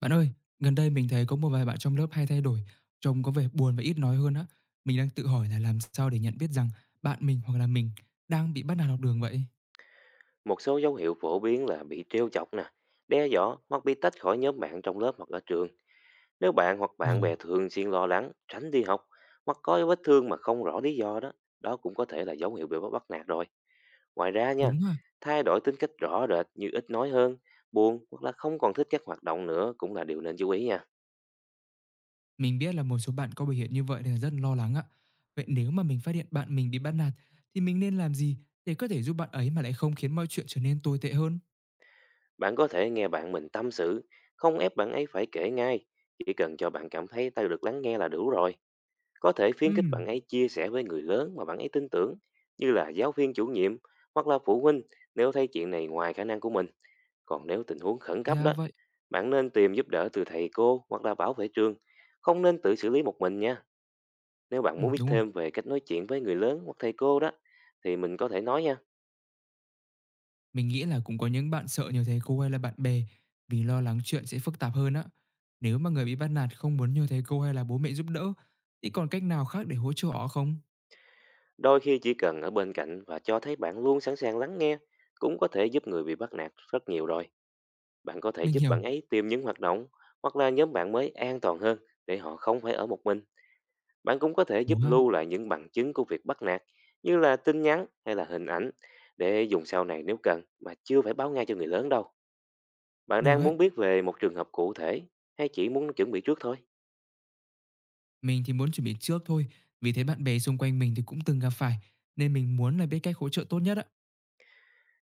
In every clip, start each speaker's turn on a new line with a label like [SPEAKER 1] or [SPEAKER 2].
[SPEAKER 1] Bạn ơi, gần đây mình thấy có một vài bạn trong lớp hay thay đổi, trông có vẻ buồn và ít nói hơn á. Mình đang tự hỏi là làm sao để nhận biết rằng bạn mình hoặc là mình đang bị bắt nạt học đường vậy?
[SPEAKER 2] Một số dấu hiệu phổ biến là bị trêu chọc nè, đe dọa hoặc bị tách khỏi nhóm bạn trong lớp hoặc ở trường. Nếu bạn hoặc
[SPEAKER 1] Ồ,
[SPEAKER 2] bạn bè thường xuyên lo lắng, tránh đi học hoặc có vết thương mà không rõ lý do đó, đó cũng có thể là dấu hiệu bị bắt bắt nạt rồi. Ngoài ra nha,
[SPEAKER 1] đúng à.
[SPEAKER 2] thay đổi tính cách rõ rệt như ít nói hơn, buồn hoặc là không còn thích các hoạt động nữa cũng là điều nên chú ý nha.
[SPEAKER 1] Mình biết là một số bạn có biểu hiện như vậy nên là rất lo lắng ạ. Vậy nếu mà mình phát hiện bạn mình bị bắt nạt thì mình nên làm gì để có thể giúp bạn ấy mà lại không khiến mọi chuyện trở nên tồi tệ hơn?
[SPEAKER 2] Bạn có thể nghe bạn mình tâm sự, không ép bạn ấy phải kể ngay, chỉ cần cho bạn cảm thấy ta được lắng nghe là đủ rồi. Có thể khuyến khích bạn
[SPEAKER 1] Ừ,
[SPEAKER 2] ấy chia sẻ với người lớn mà bạn ấy tin tưởng, như là giáo viên chủ nhiệm hoặc là phụ huynh, nếu thấy chuyện này ngoài khả năng của mình. Còn nếu tình huống khẩn cấp
[SPEAKER 1] ra
[SPEAKER 2] đó,
[SPEAKER 1] vậy.
[SPEAKER 2] bạn nên tìm giúp đỡ từ thầy cô hoặc là bảo vệ trường, không nên tự xử lý một mình nha. Nếu bạn
[SPEAKER 1] Ừ,
[SPEAKER 2] muốn biết
[SPEAKER 1] đúng rồi.
[SPEAKER 2] thêm về cách nói chuyện với người lớn hoặc thầy cô đó, thì mình có thể nói nha.
[SPEAKER 1] Mình nghĩ là cũng có những bạn sợ nhờ thầy cô hay là bạn bè vì lo lắng chuyện sẽ phức tạp hơn á. Nếu mà người bị bắt nạt không muốn nhờ thầy cô hay là bố mẹ giúp đỡ, thì còn cách nào khác để hỗ trợ họ không?
[SPEAKER 2] Đôi khi chỉ cần ở bên cạnh và cho thấy bạn luôn sẵn sàng lắng nghe cũng có thể giúp người bị bắt nạt rất nhiều rồi. Bạn có thể
[SPEAKER 1] Mình
[SPEAKER 2] giúp
[SPEAKER 1] hiểu.
[SPEAKER 2] bạn ấy tìm những hoạt động hoặc là nhóm bạn mới an toàn hơn, để họ không phải ở một mình. Bạn cũng có thể
[SPEAKER 1] Ủa
[SPEAKER 2] giúp
[SPEAKER 1] ha,
[SPEAKER 2] lưu lại những bằng chứng của việc bắt nạt, như là tin nhắn hay là hình ảnh, để dùng sau này nếu cần, mà chưa phải báo ngay cho người lớn đâu. Bạn
[SPEAKER 1] được
[SPEAKER 2] đang
[SPEAKER 1] ấy.
[SPEAKER 2] muốn biết về một trường hợp cụ thể, hay chỉ muốn chuẩn bị trước thôi?
[SPEAKER 1] Mình thì muốn chuẩn bị trước thôi, vì thế bạn bè xung quanh mình thì cũng từng gặp phải, nên mình muốn là biết cách hỗ trợ tốt nhất á.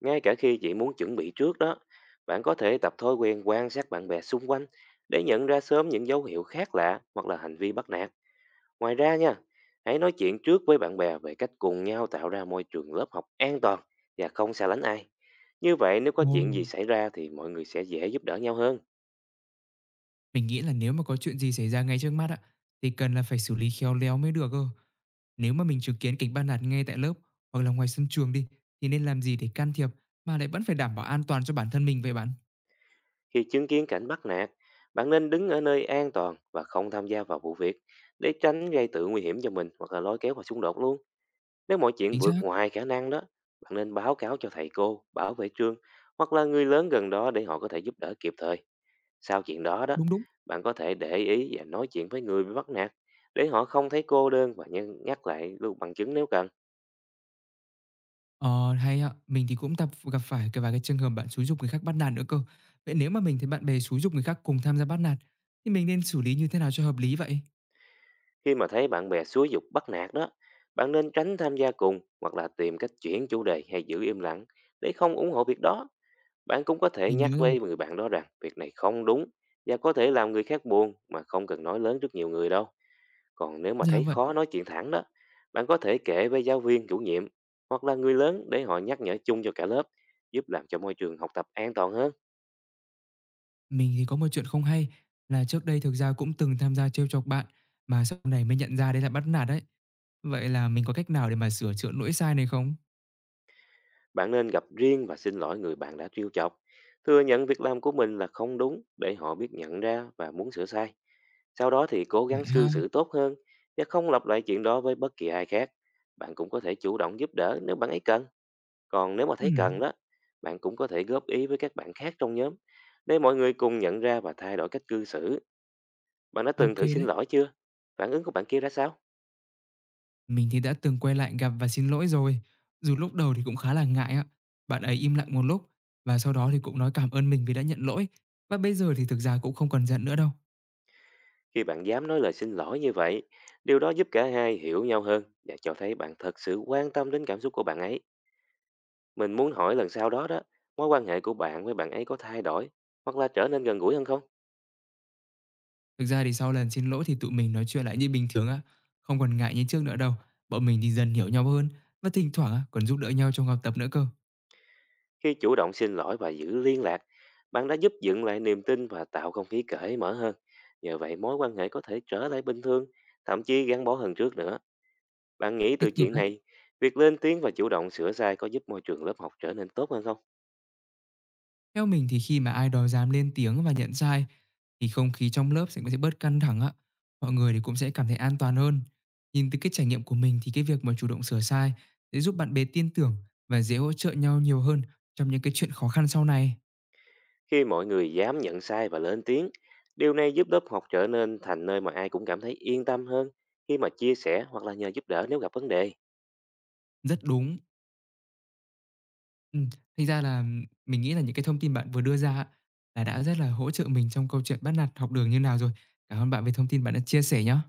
[SPEAKER 2] Ngay cả khi chỉ muốn chuẩn bị trước đó, bạn có thể tập thói quen quan sát bạn bè xung quanh để nhận ra sớm những dấu hiệu khác lạ hoặc là hành vi bắt nạt. Ngoài ra nha, hãy nói chuyện trước với bạn bè về cách cùng nhau tạo ra môi trường lớp học an toàn và không xa lánh ai. Như vậy nếu có
[SPEAKER 1] Ồ.
[SPEAKER 2] chuyện gì xảy ra thì mọi người sẽ dễ giúp đỡ nhau hơn.
[SPEAKER 1] Mình nghĩ là nếu mà có chuyện gì xảy ra ngay trước mắt á, thì cần là phải xử lý khéo léo mới được cơ. Nếu mà mình chứng kiến kịch ban nạt ngay tại lớp hoặc là ngoài sân trường đi, thì nên làm gì để can thiệp mà lại vẫn phải đảm bảo an toàn cho bản thân mình vậy bạn?
[SPEAKER 2] Khi chứng kiến cảnh bắt nạt, bạn nên đứng ở nơi an toàn và không tham gia vào vụ việc, để tránh gây tự nguy hiểm cho mình hoặc là lôi kéo vào xung đột luôn. Nếu mọi chuyện
[SPEAKER 1] Chính
[SPEAKER 2] vượt
[SPEAKER 1] xác,
[SPEAKER 2] ngoài khả năng đó, bạn nên báo cáo cho thầy cô, bảo vệ trường hoặc là người lớn gần đó để họ có thể giúp đỡ kịp thời. Sau chuyện đó đó,
[SPEAKER 1] đúng, đúng.
[SPEAKER 2] bạn có thể để ý và nói chuyện với người bị bắt nạt để họ không thấy cô đơn, và nhân nhắc lại luôn bằng chứng nếu cần.
[SPEAKER 1] Ờ, hay ạ. Mình thì cũng tập gặp phải cái vài cái trường hợp bạn xúi giục người khác bắt nạt nữa cơ. Vậy nếu mà mình thấy bạn bè xúi giục người khác cùng tham gia bắt nạt, thì mình nên xử lý như thế nào cho hợp lý vậy?
[SPEAKER 2] Khi mà thấy bạn bè xúi giục bắt nạt đó, bạn nên tránh tham gia cùng hoặc là tìm cách chuyển chủ đề hay giữ im lặng để không ủng hộ việc đó. Bạn cũng có thể
[SPEAKER 1] Mình
[SPEAKER 2] nhắc
[SPEAKER 1] nhớ rồi.
[SPEAKER 2] với người bạn đó rằng việc này không đúng và có thể làm người khác buồn, mà không cần nói lớn trước nhiều người đâu. Còn nếu mà
[SPEAKER 1] Ra
[SPEAKER 2] thấy
[SPEAKER 1] vậy,
[SPEAKER 2] khó nói chuyện thẳng đó, bạn có thể kể với giáo viên, chủ nhiệm hoặc là người lớn để họ nhắc nhở chung cho cả lớp, giúp làm cho môi trường học tập an toàn hơn.
[SPEAKER 1] mình thì có một chuyện không hay là trước đây thực ra cũng từng tham gia trêu chọc bạn, mà sau này mới nhận ra đấy là bắt nạt đấy. Vậy là mình có cách nào để mà sửa chữa lỗi sai này không?
[SPEAKER 2] Bạn nên gặp riêng và xin lỗi người bạn đã trêu chọc. Thừa nhận việc làm của mình là không đúng để họ biết nhận ra và muốn sửa sai. Sau đó thì cố gắng
[SPEAKER 1] Vậy ha?
[SPEAKER 2] cư xử tốt hơn và không lặp lại chuyện đó với bất kỳ ai khác. Bạn cũng có thể chủ động giúp đỡ nếu bạn ấy cần. Còn nếu mà thấy
[SPEAKER 1] Ừm.
[SPEAKER 2] cần đó, bạn cũng có thể góp ý với các bạn khác trong nhóm để mọi người cùng nhận ra và thay đổi cách cư xử. Bạn đã từng thử
[SPEAKER 1] OK
[SPEAKER 2] xin
[SPEAKER 1] đấy.
[SPEAKER 2] lỗi chưa? Phản ứng của bạn kia ra sao?
[SPEAKER 1] Mình thì đã từng quay lại gặp và xin lỗi rồi, dù lúc đầu thì cũng khá là ngại á. Bạn ấy im lặng một lúc và sau đó thì cũng nói cảm ơn mình vì đã nhận lỗi, và bây giờ thì thực ra cũng không còn giận nữa đâu.
[SPEAKER 2] Khi bạn dám nói lời xin lỗi như vậy, điều đó giúp cả hai hiểu nhau hơn và cho thấy bạn thật sự quan tâm đến cảm xúc của bạn ấy. Mình muốn hỏi, lần sau đó đó, mối quan hệ của bạn với bạn ấy có thay đổi hoặc là trở nên gần gũi hơn không?
[SPEAKER 1] Thực ra thì sau lần xin lỗi thì tụi mình nói chuyện lại như bình thường á, không còn ngại như trước nữa đâu. Bọn mình thì dần hiểu nhau hơn và thỉnh thoảng á còn giúp đỡ nhau trong học tập nữa cơ,
[SPEAKER 2] Khi chủ động xin lỗi và giữ liên lạc, bạn đã giúp dựng lại niềm tin và tạo không khí cởi mở hơn. Nhờ vậy mối quan hệ có thể trở lại bình thường, thậm chí gắn bó hơn trước nữa. Bạn nghĩ
[SPEAKER 1] tích
[SPEAKER 2] từ
[SPEAKER 1] cực
[SPEAKER 2] chuyện
[SPEAKER 1] á.
[SPEAKER 2] này, việc lên tiếng và chủ động sửa sai có giúp môi trường lớp học trở nên tốt hơn không?
[SPEAKER 1] Theo mình thì khi mà ai đó dám lên tiếng và nhận sai thì không khí trong lớp sẽ bớt căng thẳng á. Mọi người thì cũng sẽ cảm thấy an toàn hơn. Nhìn từ cái trải nghiệm của mình thì cái việc mà chủ động sửa sai sẽ giúp bạn bè tin tưởng và dễ hỗ trợ nhau nhiều hơn trong những cái chuyện khó khăn sau này.
[SPEAKER 2] Khi mọi người dám nhận sai và lên tiếng, điều này giúp lớp học trở nên thành nơi mà ai cũng cảm thấy yên tâm hơn khi mà chia sẻ hoặc là nhờ giúp đỡ nếu gặp vấn đề.
[SPEAKER 1] Rất đúng. Ừ. Thành ra là mình nghĩ là những cái thông tin bạn vừa đưa ra á, là đã rất là hỗ trợ mình trong câu chuyện bắt nạt học đường như nào rồi. Cảm ơn bạn về thông tin bạn đã chia sẻ nhé.